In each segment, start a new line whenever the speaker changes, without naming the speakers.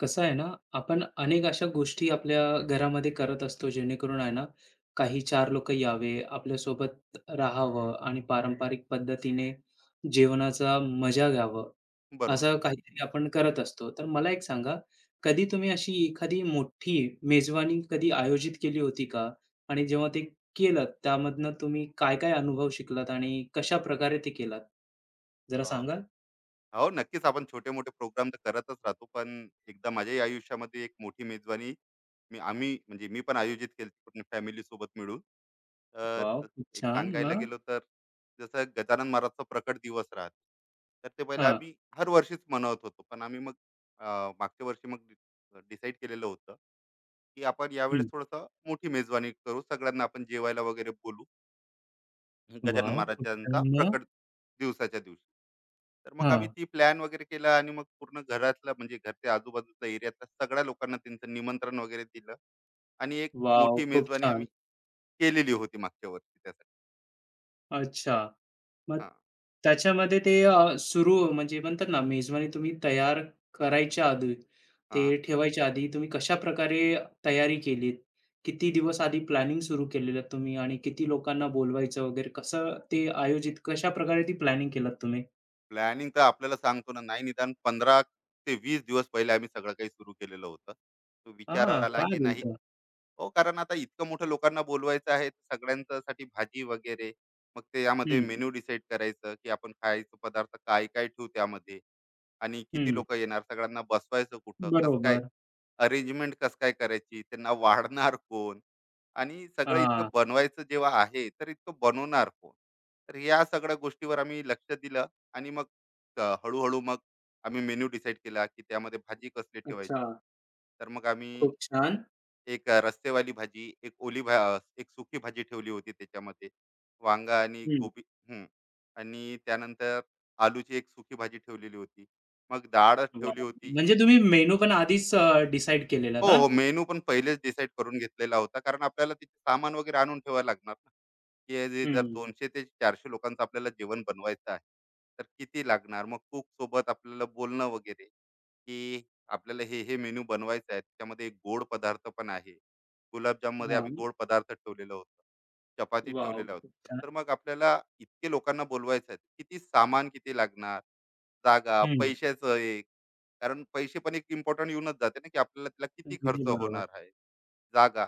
कसं आहे ना, आपण अनेक अशा गोष्टी आपल्या घरामध्ये करत असतो, जेणेकरून आहे ना, काही 4 लोकं यावे, आपल्यासोबत राहावं आणि पारंपरिक पद्धतीने जेवणाचा मजा घ्यावं,
बरोबर.
असं हं. काहीतरी आपण करत असतो. तर मला एक सांगा, कधी तुम्ही अशी एखादी मोठी मेजवानी कधी आयोजित केली होती का? आणि जेव्हा ते केलं, त्यामधनं तुम्ही काय-काय अनुभव शिकलात आणि कशाप्रकारे ते केलात? जरा
अ,
सांगाल?
हो नक्कीच आपण छोटे मोठे प्रोग्राम तर करतच राहतो. पण एकदा माझ्याही आयुष्यामध्ये एक मोठी मेजवानी मी आम्ही म्हणजे मी पण आयोजित केली पूर्ण फॅमिली सोबत मिळून.
वॉव!
तर
खूप
एक
छान.
सांगायला
मग?
गेलो तर जसं गजानन महाराजचा प्रकट दिवस राहते. तर ते पहिले
हां.
आम्ही हर वर्षीच मनवत होतो. पण आम्ही मग अ, मागच्या वर्षी मग डिसाईड केलेलं होतं, की आपण यावेळेस थोडंसं मोठी मेजवानी करू. सगळ्यांना आपण जेवायला वगैरे बोलवू. गजानन
वॉव! खूप छान.
महाराजांचा
मग?
प्रकट दिवसाच्या दिवशी तर मग आम्ही
हां.
ती प्लॅन वगैरे केला आणि मग पूर्ण घरातला म्हणजे घरच्या आजूबाजूच्या एरियातल्या सगळ्या लोकांना त्यांचं निमंत्रण वगैरे दिलं आणि एक
वॉव!
मोठी
खूप
मेजवानी
छान.
आम्ही केलेली होती मागच्या वर्षी त्यासाठी.
अच्छा. मग
हा
त्याच्यामध्ये ते सुरू म्हणजे म्हणतात ना, मेजवानी तुम्ही तयार करायच्या आधी,
हा
ते ठेवायच्या आधी तुम्ही कशाप्रकारे तयारी केलीत? किती दिवस आधी प्लॅनिंग सुरू केलेलं तुम्ही आणि किती लोकांना बोलवायचं वगैरे कसं ते आयोजित कशाप्रकारे ती प्लॅनिंग केलात तुम्ही?
प्लॅनिंग तर आपल्याला सांगतो ना नाही निदान पंधरा ते वीस दिवस पहिले आम्ही सगळं काही सुरू केलेलं होतं. तो विचार
हां,
आला
काय
की नाही
बोलता?
हो, कारण आता इतकं मोठं लोकांना बोलवायचं आहे, तर सगळ्यांच्यासाठी भाजी वगैरे. मग त्यामध्ये
हं,
मेनू डिसाईड करायचं, की आपण खायचं पदार्थ काय-काय ठेवू त्यामध्ये. आणि किती
हं.
लोकं येणार, सगळ्यांना बसवायचं कुठं, कसं काय
बरोबर.
अरेंजमेंट कसं काय करायची, त्यांना वाढणार कोण आणि सगळं इतकं
हां.
बनवायचं जेव्हा आहे, तर इतकं बनवणार कोण? तर या सगळ्या गोष्टीवर आम्ही लक्ष दिलं आणि मग हळू मग आम्ही मेनू डिसाईड केला, की त्यामध्ये भाजी कसली
अच्छा.
ठेवायची. तर मग आम्ही
खूप छान.
एक रस्सेवाली भाजी, एक एक सुकी भाजी ठेवली होती त्याच्यामध्ये. वांगा आणि
हं.
गोबी. हं. आणि त्यानंतर आलूची एक सुकी भाजी ठेवलेली होती. मग डाळच ठेवली
वाव.
होती.
म्हणजे तुम्ही मेनू पण आधीच डिसाईड केलेलात
हो,
हां?
हो. मेनू पण पहिलेच डिसाईड करून घेतलेला होता. कारण आपल्याला तिथे सामान वगैरे आणून ठेवायला लागणार ना, की हे जे जर
हं.
200 ते 400 लोकांचं आपल्याला जेवण बनवायचं आहे, तर किती लागणार? मग कुकसोबत आपल्याला बोलणं वगैरे, की आपल्याला हे मेनू बनवायचं आहे. त्याच्यामध्ये एक गोड पदार्थ पण आहे. गुलाबजाममध्ये आम्ही
हां.
गोड पदार्थ ठेवलेलं होतं. चपाती
वॉव!
ठेवलेल्या
खूप
होत्या.
छान.
तर मग आपल्याला इतके लोकांना बोलवायचं आहे. किती सामान किती लागणार? जागा,
हं.
पैशाचं, कारण पैसे पण एक इम्पॉर्टंट येऊनच जाते ना की आपल्याला त्याला किती
अगदी
खर्च
बरोबर.
होणार आहे, जागा,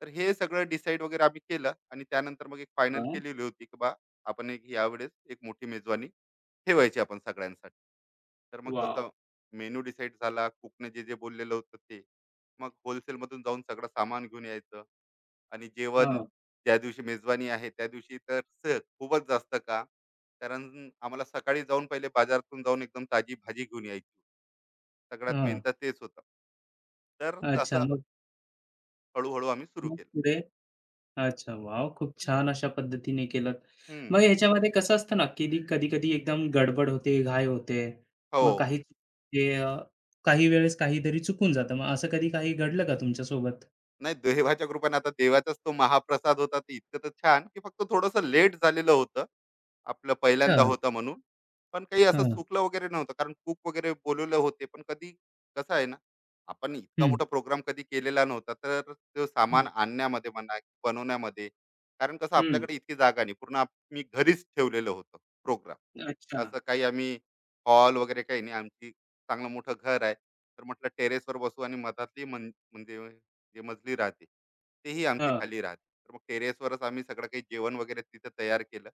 तर हे सगळं डिसाईड वगैरे आम्ही केलं आणि त्यानंतर मग एक फायनल
हां.
केलेली होती की बा आपण एक यावेळेस एक मोठी मेजवानी ठेवायची आपण सगळ्यांसाठी. तर मग
वॉव!
जसं मेनू डिसाईड झाला कुकने जे जे बोललेलं होतं ते मग wholesale मधून जाऊन सगळं सामान घेऊन यायचं आणि जेवण
हां,
ज्या दिवशी मेजवानी आहे त्या दिवशी तर खूपच जास्त का, कारण आम्हाला सकाळी जाऊन पहिले बाजारातून जाऊन एकदम ताजी भाजी घेऊन यायची. सगळ्यात मेन
हां.
तर तेच होतं. तर हं,
अच्छा.
तसं हं.
मग
हळू-हळू आम्ही सुरू
मग
केलं.
पुढे? अच्छा, वॉव! खूप छान अशा पद्धतीने केलंत.
हं.
मग ह्याच्यामध्ये कसं असतं ना, की कधी-कधी एकदम गडबड होते, घाई होते. मग
हो.
ते अ, काही वेळेस काहीतरी चुकून जातं. मग असं कधी काही घडलं का तुमच्यासोबत?
नाही देवाच्या कृपेने आता देवाचाच तो महाप्रसाद होता ते इतकं तर छान की फक्त थोडंसं लेट झालेलं होतं. आपलं
अच्छा.
पहिल्यांदा होतं म्हणून. पण काही असं
हां.
चुकलं वगैरे नव्हतं कारण कुक वगैरे बोलवले होते. पण कधी कसं आहे ना, आपण इतका
हं.
मोठा प्रोग्राम कधी केलेला नव्हता. तर तो सामान आणण्यामध्ये म्हणा, की बनवण्यामध्ये, कारण कसं
हं.
आपल्याकडे इतकी जागा नाही. पूर्ण आम्ही घरीच ठेवलेलं होतं प्रोग्राम.
अच्छा.
असं काही आम्ही हॉल वगैरे काही नाही. आमची चांगलं मोठं घर आहे. तर म्हटलं टेरेसवर बसू आणि मधातली म्हण म्हणजे जे मजली राहते तेही आमची
हां.
खाली राहते तर मग टेरेसवरच आम्ही सगळं काही जेवण वगैरे तिथं तयार केलं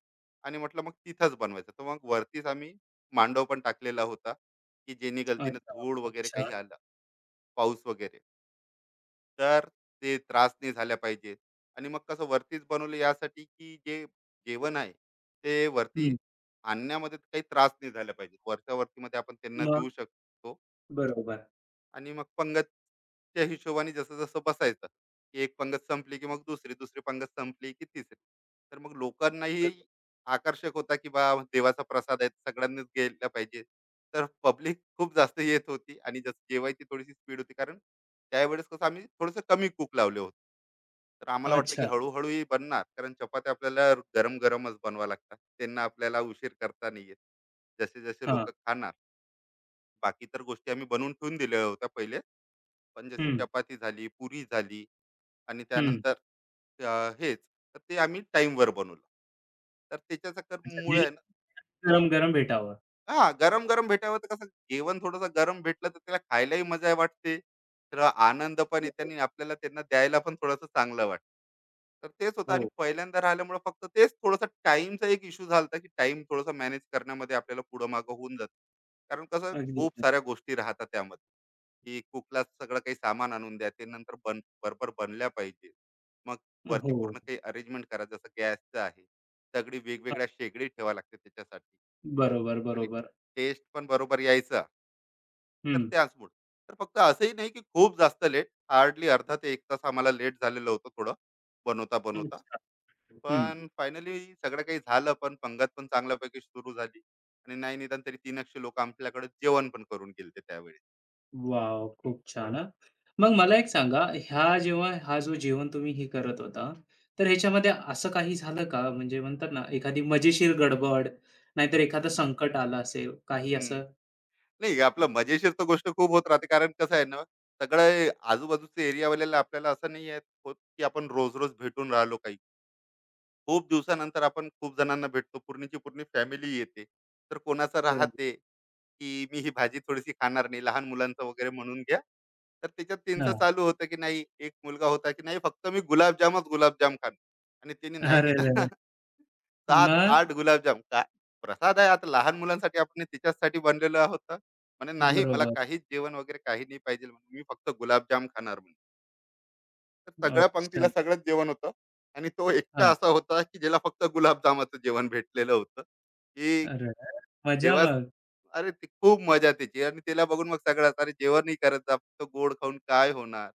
आणि म्हटलं मग तिथंच बनवायचं तर मग वरतीच आम्ही मांडव पण टाकलेला होता की जेणे गलतीनं
अच्छा.
धूळ वगैरे
अच्छा.
काही आलं, पाऊस वगैरे, तर ते त्रास नाही झाल्या पाहिजेत. आणि मग कसं वरतीच बनवलं यासाठी की जे जेवण आहे ते वरती
हं.
आणण्यामध्ये काही त्रास नाही झाला पाहिजे, वरच्या वरतीमध्ये आपण त्यांना
मग
देऊ शकतो.
बरोबर.
आणि मग पंगतच्या हिशोबाने जसं जसं बसायचं की एक पंगत संपली की मग दुसरी दुसरी पंगत संपली की तिसरी, तर मग लोकांनाही आकर्षक होता की बा देवाचा प्रसाद आहे सगळ्यांनीच गेला पाहिजे. तर पब्लिक खूप जास्त येत होती आणि जसं जेवायची थोडीशी स्पीड होती कारण त्यावेळेस कसं आम्ही थोडंसं कमी कुक लावले होते. तर आम्हाला वाटलं की
अच्छा.
हळूहळू ही बनणार कारण चपात्या आपल्याला गरम गरमच बनवा लागतात त्यांना आपल्याला उशीर करता नाही येत जसे जसे
हां.
लोक खाणार. बाकी तर गोष्टी आम्ही बनवून ठेवून दिलेल्या होत्या पहिले. पण जशी
हं,
चपाती झाली पुरी झाली आणि
हं.
त्यानंतर हेच तर ते आम्ही टाईमवर बनवलं तर त्याच्या
अच्छा, जे
मुळे
गरम-गरम भेटावं.
हा गरम गरम भेटावं. तर कसं जेवण थोडंसं गरम भेटलं तर त्याला खायलाही मजा वाटते, तर आनंद पण
हो,
येते
हो.
आणि आपल्याला त्यांना द्यायला पण थोडंसं चांगलं वाटतं. तर तेच होतं आणि
हो.
पहिल्यांदा राहिल्यामुळे फक्त तेच थोडंसं टाइमचा एक इश्यू झाला की टाइम थोडासा मॅनेज करण्यामध्ये आपल्याला पुढं मागं होऊन जाते. कारण कसं
अगदी
खूप
खरं.
साऱ्या गोष्टी राहतात त्यामध्ये, की कुकला सगळं काही सामान आणून द्या ते नंतर बन बरोबर बनल्या पाहिजे. मग वरती
हो.
पूर्ण काही अरेंजमेंट करा जसं गॅसचं आहे, सगळी
हां.
वेगवेगळ्या शेगडी ठेवा लागते त्याच्यासाठी
बरोबर,
आणि
बरोबर.
टेस्ट पण बरोबर यायचा, तर
हं.
त्याचमुळे, तर फक्त असंही नाही की खूप जास्त लेट, हार्डली अर्धा ते एक तास आम्हाला लेट झालेलं होतं थोडं बनवता बनवता.
अच्छा. हं.
पण फायनली सगळं काही झालं पण पंगत पण चांगल्यापैकी सुरू झाली आणि नाही निदान तरी तीन अक्षे लोक आपल्याकडे जेवण पण करून गेले त्यावेळेस.
वॉव! खूप छान हां. मग मला एक सांगा, ह्या जेव्हा हा जो जेवण तुम्ही हे करत होता, तर ह्याच्यामध्ये असं काही झालं का? म्हणजे म्हणतात ना, एखादी मजेशीर गडबड, नाहीतर एखादं संकट आलं असेल, काही
हम्म.
असं?
नाही आपलं मजेशीर तर गोष्ट खूप होत राहते कारण कसं आहे ना सगळे आजूबाजूचे एरियावाल्याला आपल्याला असं नाही आहे होत की आपण रोज रोज भेटून राहिलो काही. खूप दिवसानंतर आपण खूप जणांना भेटतो. पूर्णीची पूर्ण फॅमिली येते. तर कोणाचं
बरोबर.
राहते, की मी ही भाजी थोडीशी खाणार नाही. लहान मुलांचं वगैरे म्हणून घ्या. तर त्याच्यात त्यांचं
हां.
चालू होतं, की नाही एक मुलगा होता, की नाही फक्त मी गुलाबजाम खाणार आणि त्याने नाही
अरे
निदान
रे रे! मग?
7-8 गुलाबजाम काय, प्रसाद आहे आता लहान मुलांसाठी आपण हे त्याच्याचसाठी बनलेलं होतं. म्हणे, "नाही मला
बरोबर.
काहीच जेवण वगैरे काही नाही पाहिजे. मी फक्त गुलाबजाम खाणार." म्हणे. तर सगळ्या पंक्तीला
अच्छा.
सगळंच जेवण होतं आणि तो एकटा
हां.
असा होता की ज्याला फक्त गुलाबजामाचं जेवण भेटलेलं होतं की
अरे वाह! मजा
जेव्हा
मग.
अरे ती खूप मजा त्याची आणि तिला बघून मग सगळ्यात अरे जेवणही करत जा फक्त गोड खाऊन काय होणार,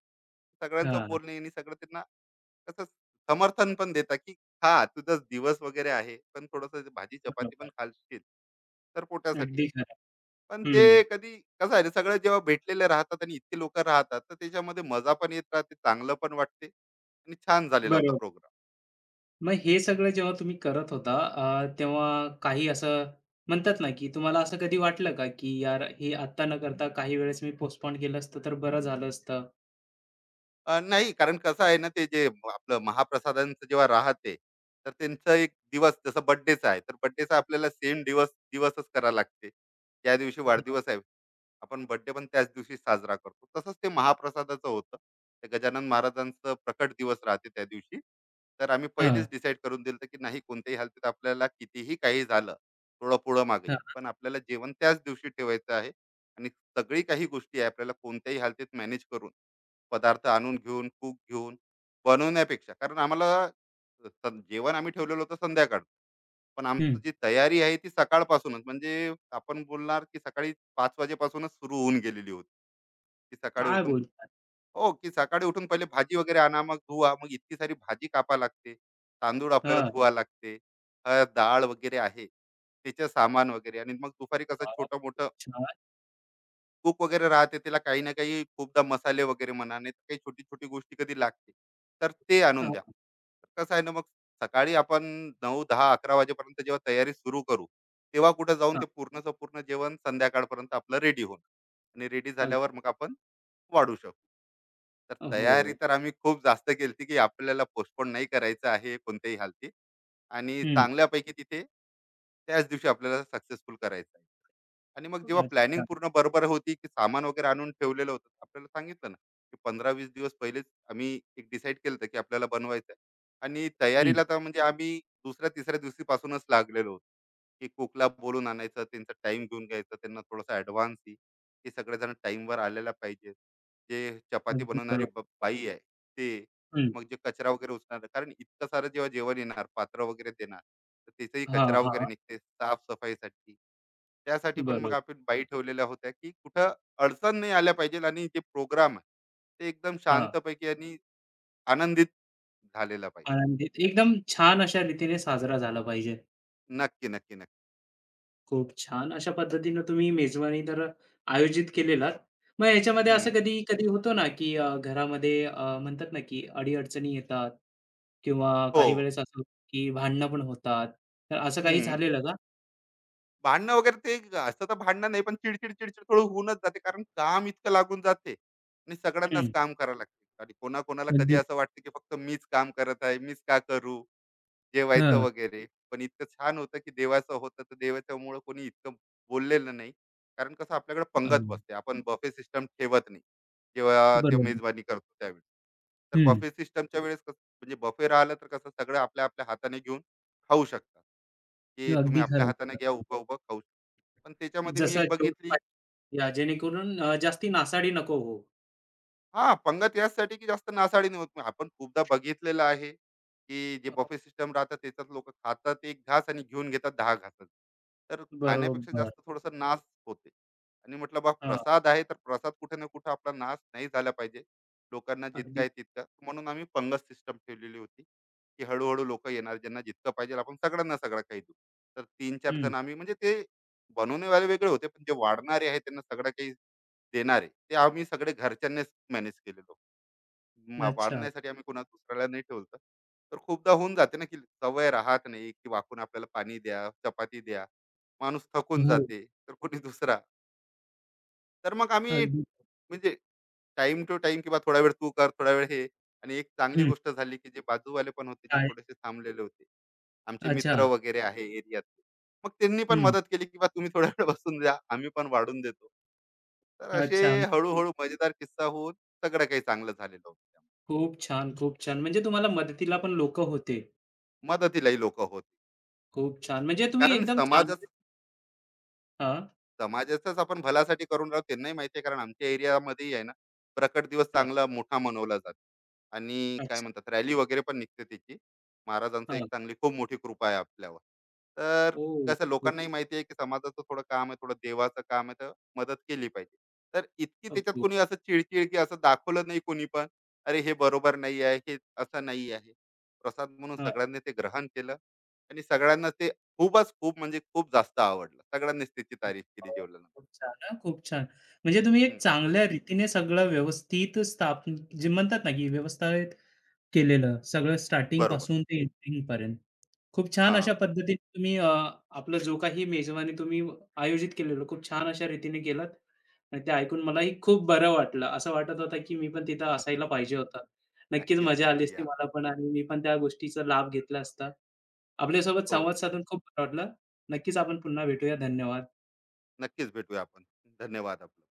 सगळ्यांचं
हां,
बोलणे आणि सगळं त्यांना कसं समर्थन पण देता की हा तुझा दिवस वगैरे आहे पण थोडस भाजी चपाती
बरोबर.
पण खालशील तर पोटासाठी.
अगदी खरं.
पण ते
हं,
कधी कसं आहे ना सगळे जेव्हा भेटलेले राहतात आणि इतके लोक राहतात तर त्याच्यामध्ये मजा पण येत राहते चांगलं पण वाटते आणि छान झालेला होता
बरोबर.
प्रोग्राम.
मग हे सगळं जेव्हा तुम्ही करत होता, तेव्हा काही असं म्हणतात ना, की तुम्हाला असं कधी वाटलं का, की यार हे आत्ता न करता काही वेळेस मी पोस्टपोन केलं असतं तर बरं झालं असतं?
नाही कारण कसं आहे ना ते जे आपलं महाप्रसादांचं जेव्हा राहते तर त्यांचा एक दिवस जसं बर्थडेचा आहे तर बर्थडेचा आपल्याला सेम दिवसच करावा लागते त्या दिवशी
हां,
वाढदिवस आहे. आपण बर्थडे पण त्याच दिवशी साजरा करतो तसंच ते महाप्रसादाचं होतं. ते गजानन महाराजांचं प्रकट दिवस राहते त्या दिवशी. तर आम्ही
हां.
पहिलेच डिसाईड करून दिलं होतं की नाही कोणत्याही हालतीत आपल्याला कितीही काही झालं थोडं पुढं मागे
हां.
पण आपल्याला जेवण त्याच दिवशी ठेवायचं आहे. आणि सगळी काही गोष्टी आहे आपल्याला कोणत्याही हालतीत मॅनेज करून पदार्थ आणून घेऊन कूक घेऊन बनवण्यापेक्षा, कारण आम्हाला जेवण आम्ही ठेवलेलं होतं संध्याकाळ, पण आमची
हं.
जी तयारी आहे ती सकाळपासूनच म्हणजे आपण बोलणार की सकाळी 5 वाजेपासूनच सुरू होऊन गेलेली होती. की सकाळी
काय
उठून
बोलता?
हो, की सकाळी उठून पहिले भाजी वगैरे आणा, मग धुवा, मग इतकी सारी भाजी कापा लागते. तांदूळ आपल्याला
हां.
धुवा लागते. हळद, डाळ वगैरे आहे, त्याचं सामान वगैरे आणि मग दुपारी कसं
फारच
छोटं-मोठं
छान.
तूप वगैरे राहते त्याला काही ना काही खूपदा मसाले वगैरे म्हणा नाही तर काही छोटी छोटी गोष्टी कधी लागते तर ते आणून
हां,
द्या. कसं आहे ना मग सकाळी आपण नऊ दहा अकरा वाजेपर्यंत जेव्हा तयारी सुरू करू तेव्हा कुठं जाऊन
हां.
ते पूर्णचं पूर्ण जेवण संध्याकाळपर्यंत आपलं रेडी होणार आणि रेडी झाल्यावर मग आपण वाढू शकू. तर
अग
तयारी
हो.
तर आम्ही खूप जास्त केली की आपल्याला पोस्टपोन नाही करायचं आहे कोणत्याही हालती आणि
हं.
चांगल्यापैकी तिथे त्याच दिवशी आपल्याला सक्सेसफुल करायचं आहे. आणि मग जेव्हा प्लॅनिंग
अच्छा.
पूर्ण बरोबर होती, की सामान वगैरे आणून ठेवलेलं होतं. आपल्याला सांगितलं ना, की 15-20 दिवस पहिलेच आम्ही एक डिसाईड केलं होतं, की आपल्याला बनवायचं आहे. आणि
हं.
तयारीला तर म्हणजे आम्ही दुसऱ्या-तिसऱ्या दिवशीपासूनच लागलेलो होतो. की कुकला बोलून आणायचं त्यांचा टाइम घेऊन घ्यायचा त्यांना थोडासा ॲडव्हान्स ही ते सगळेजण टाईमवर आलेला पाहिजे. जे चपाती
अगदी
बनवणारी
बरोबर.
बाई आहे ते
हं.
मग जे कचरा वगैरे उचलणार कारण इतकं सारं जेव्हा जेवण येणार पात्र वगैरे देणार तर त्याचाही
हां,
कचरा
हां.
वगैरे निघते साफसफाईसाठी. त्यासाठी पण मग
बरोबर.
आपण बाई ठेवलेल्या होत्या की कुठं अडचण नाही आल्या पाहिजे आणि जे प्रोग्राम आहे ते एकदम
हां.
शांतपैकी आणि आनंदित झालेला पाहिजे.
आनंदीत. एकदम छान अशा रीतीने साजरा झाला पाहिजे.
नक्की नक्की नक्की.
खूप छान अशा पद्धतीनं तुम्ही मेजवानी तर आयोजित केलेलात. मग याच्यामध्ये असं
हम्म.
कधी-कधी होतो ना, की घरामध्ये म्हणतात ना, की अडी-अडचणी येतात किंवा
हो.
काही वेळेस असं की भांडणं पण होतात. तर असं काही
हम्म.
झालेलं का?
भांडणं वगैरे ते असं तर भांडणं नाही, पण चिड-चिड, चिड-चिड थोडं होऊनच जाते. कारण काम इतकं लागून जाते आणि सगळ्यांनाच
हं.
काम करावं लागते. आणि कोणाकोणाला कधी
अगदी
असं वाटतं, की फक्त मीच काम करत आहे, मीच का करू? जेवायचं
हां,
वगैरे. पण इतकं छान होतं, की देवाचं होतं, तर देवाच्यामुळं कोणी इतकं बोललेलं नाही. कारण कसं आपल्याकडे
अ,
पंगत बसते. आपण बफे सिस्टम ठेवत नाही, जेव्हा ते
बरोबर.
मेजबानी करतो त्यावेळी. तर
हं,
बफे सिस्टमच्या वेळेस कसं म्हणजे बफे राहिलं तर कसं सगळं आपल्या-आपल्या हाताने घेऊन खाऊ शकतात, की तुम्ही
अगदी
आपल्या
खरं
हाताने
होतं.
घ्या, उभं-उभं खाऊ. पण त्याच्यामध्ये मी
जसं
एक
जेवढं
बघितली,
पाहिजे या जेणेकरून जास्ती नासाडी नको हो.
हा पंगत याचसाठी की जास्त नासाडी होत आपण खूपदा बघितलेलं आहे की जे
हो, हो.
बफे सिस्टम राहतात त्याच्यात लोक खातात एक घास आणि घेऊन घेतात दहा घासात. तर खाण्यापेक्षा
बरोबर.
जास्त थोडस नाश होते आणि म्हटलं बा
हां,
प्रसाद आहे तर प्रसाद कुठे ना कुठे आपला नाश नाही झाला पाहिजे, लोकांना जितका
अगदी.
आहे तितका, म्हणून आम्ही पंगत सिस्टम ठेवलेली होती की हळूहळू लोक येणार ज्यांना जितकं पाहिजे आपण सगळ्यांना सगळं काही देऊ. तर तीन चार
हं,
जण आम्ही म्हणजे ते बनवणेवाले वेगळे होते पण जे वाढणारे आहेत त्यांना सगळं काही देणार आहे, ते आम्ही सगळे घरच्यांनीच मॅनेज केलेलो. म
अच्छा.
वाढण्यासाठी आम्ही कोणा दुसऱ्याला नाही ठेवलं होतं. तर खूपदा होऊन जाते ना, की सवय राहत नाही, की वाकून आपल्याला पाणी द्या, चपाती द्या. माणूस थकून
हो,
जाते, तर कोणी दुसरा. तर मग आम्ही
अगदी.
म्हणजे टाईम टू टाईम किंवा थोडा वेळ तू कर, थोडा वेळ हे, आणि एक चांगली
हं,
गोष्ट झाली, की जे बाजूवाले पण होते, जे
काय?
थोडेसे थांबलेले होते. आमचे
अच्छा.
मित्र वगैरे आहे एरियातले. मग त्यांनी पण
हं.
मदत केली, की "बा तुम्ही थोडा वेळ बसून द्या, आम्ही पण वाढून देतो." तर असे
अच्छा.
हळूहळू मजेदार किस्सा होऊन सगळं काही चांगलं झालेलं होतं.
खूप छान, खूप छान. म्हणजे तुम्हाला मदतीला पण लोकं होते.
मदतीलाही लोक होते.
खूप छान. म्हणजे तुम्ही
कारण
एकदम चांगले
समाजाचं,
हां,
समाजाचाच आपण भल्यासाठी करून राहू त्यांनाही माहिती आहे कारण आमच्या एरियामध्येही आहे ना प्रकट दिवस
हां.
चांगला मोठा मनवला जातो आणि काय
अच्छा.
म्हणतात रॅली वगैरे पण निघते त्याची. महाराजांचं एक
हां.
चांगली खूप मोठी कृपा आहे आपल्यावर. तर
ओह!
कसं
खूप
लोकांनाही
छान.
माहिती आहे की समाजाचं थोडं काम आहे थोडं देवाचं काम आहे तर मदत केली पाहिजे. तर इतकी त्याच्यात
हो.
कोणी असं चिडचिड की असं दाखवलं नाही कोणी पण, अरे हे बरोबर नाही आहे हे, असं नाही आहे. प्रसाद म्हणून
हां.
सगळ्यांनी ते ग्रहण केलं आणि सगळ्यांना ते खूपच खूप म्हणजे खूप जास्त आवडलं. सगळ्यांनीच त्याची तारीफ केली
हो.
जेवल्यानंतर.
खूप छान हां, खूप छान. म्हणजे तुम्ही एक
हं,
चांगल्या रीतीने सगळं व्यवस्थित स्थापन जे म्हणतात ना, की व्यवस्थित केलेलं. सगळं
बरोबर. बरोबर.
स्टार्टिंगपासून ते एंडिंगपर्यंत. खूप छान
हां.
अशा पद्धतीने तुम्ही, आपला जो काही मेजवानी तुम्ही आयोजित केलेलं खूप छान अशा रीतीने केलात आणि ते ऐकून मलाही खूप बरं वाटलं. असं वाटत होतं, की मी पण तिथं असायला पाहिजे होता. नक्कीच
नक्कीच,
मजा आली
नक्की
असती
या.
मला पण आणि मी पण त्या गोष्टीचा लाभ घेतला असता. आपल्यासोबत
हो,
संवाद साधून खूप बरं वाटलं. नक्कीच आपण पुन्हा भेटूया. धन्यवाद.
नक्कीच भेटूया आपण. धन्यवाद आपलं.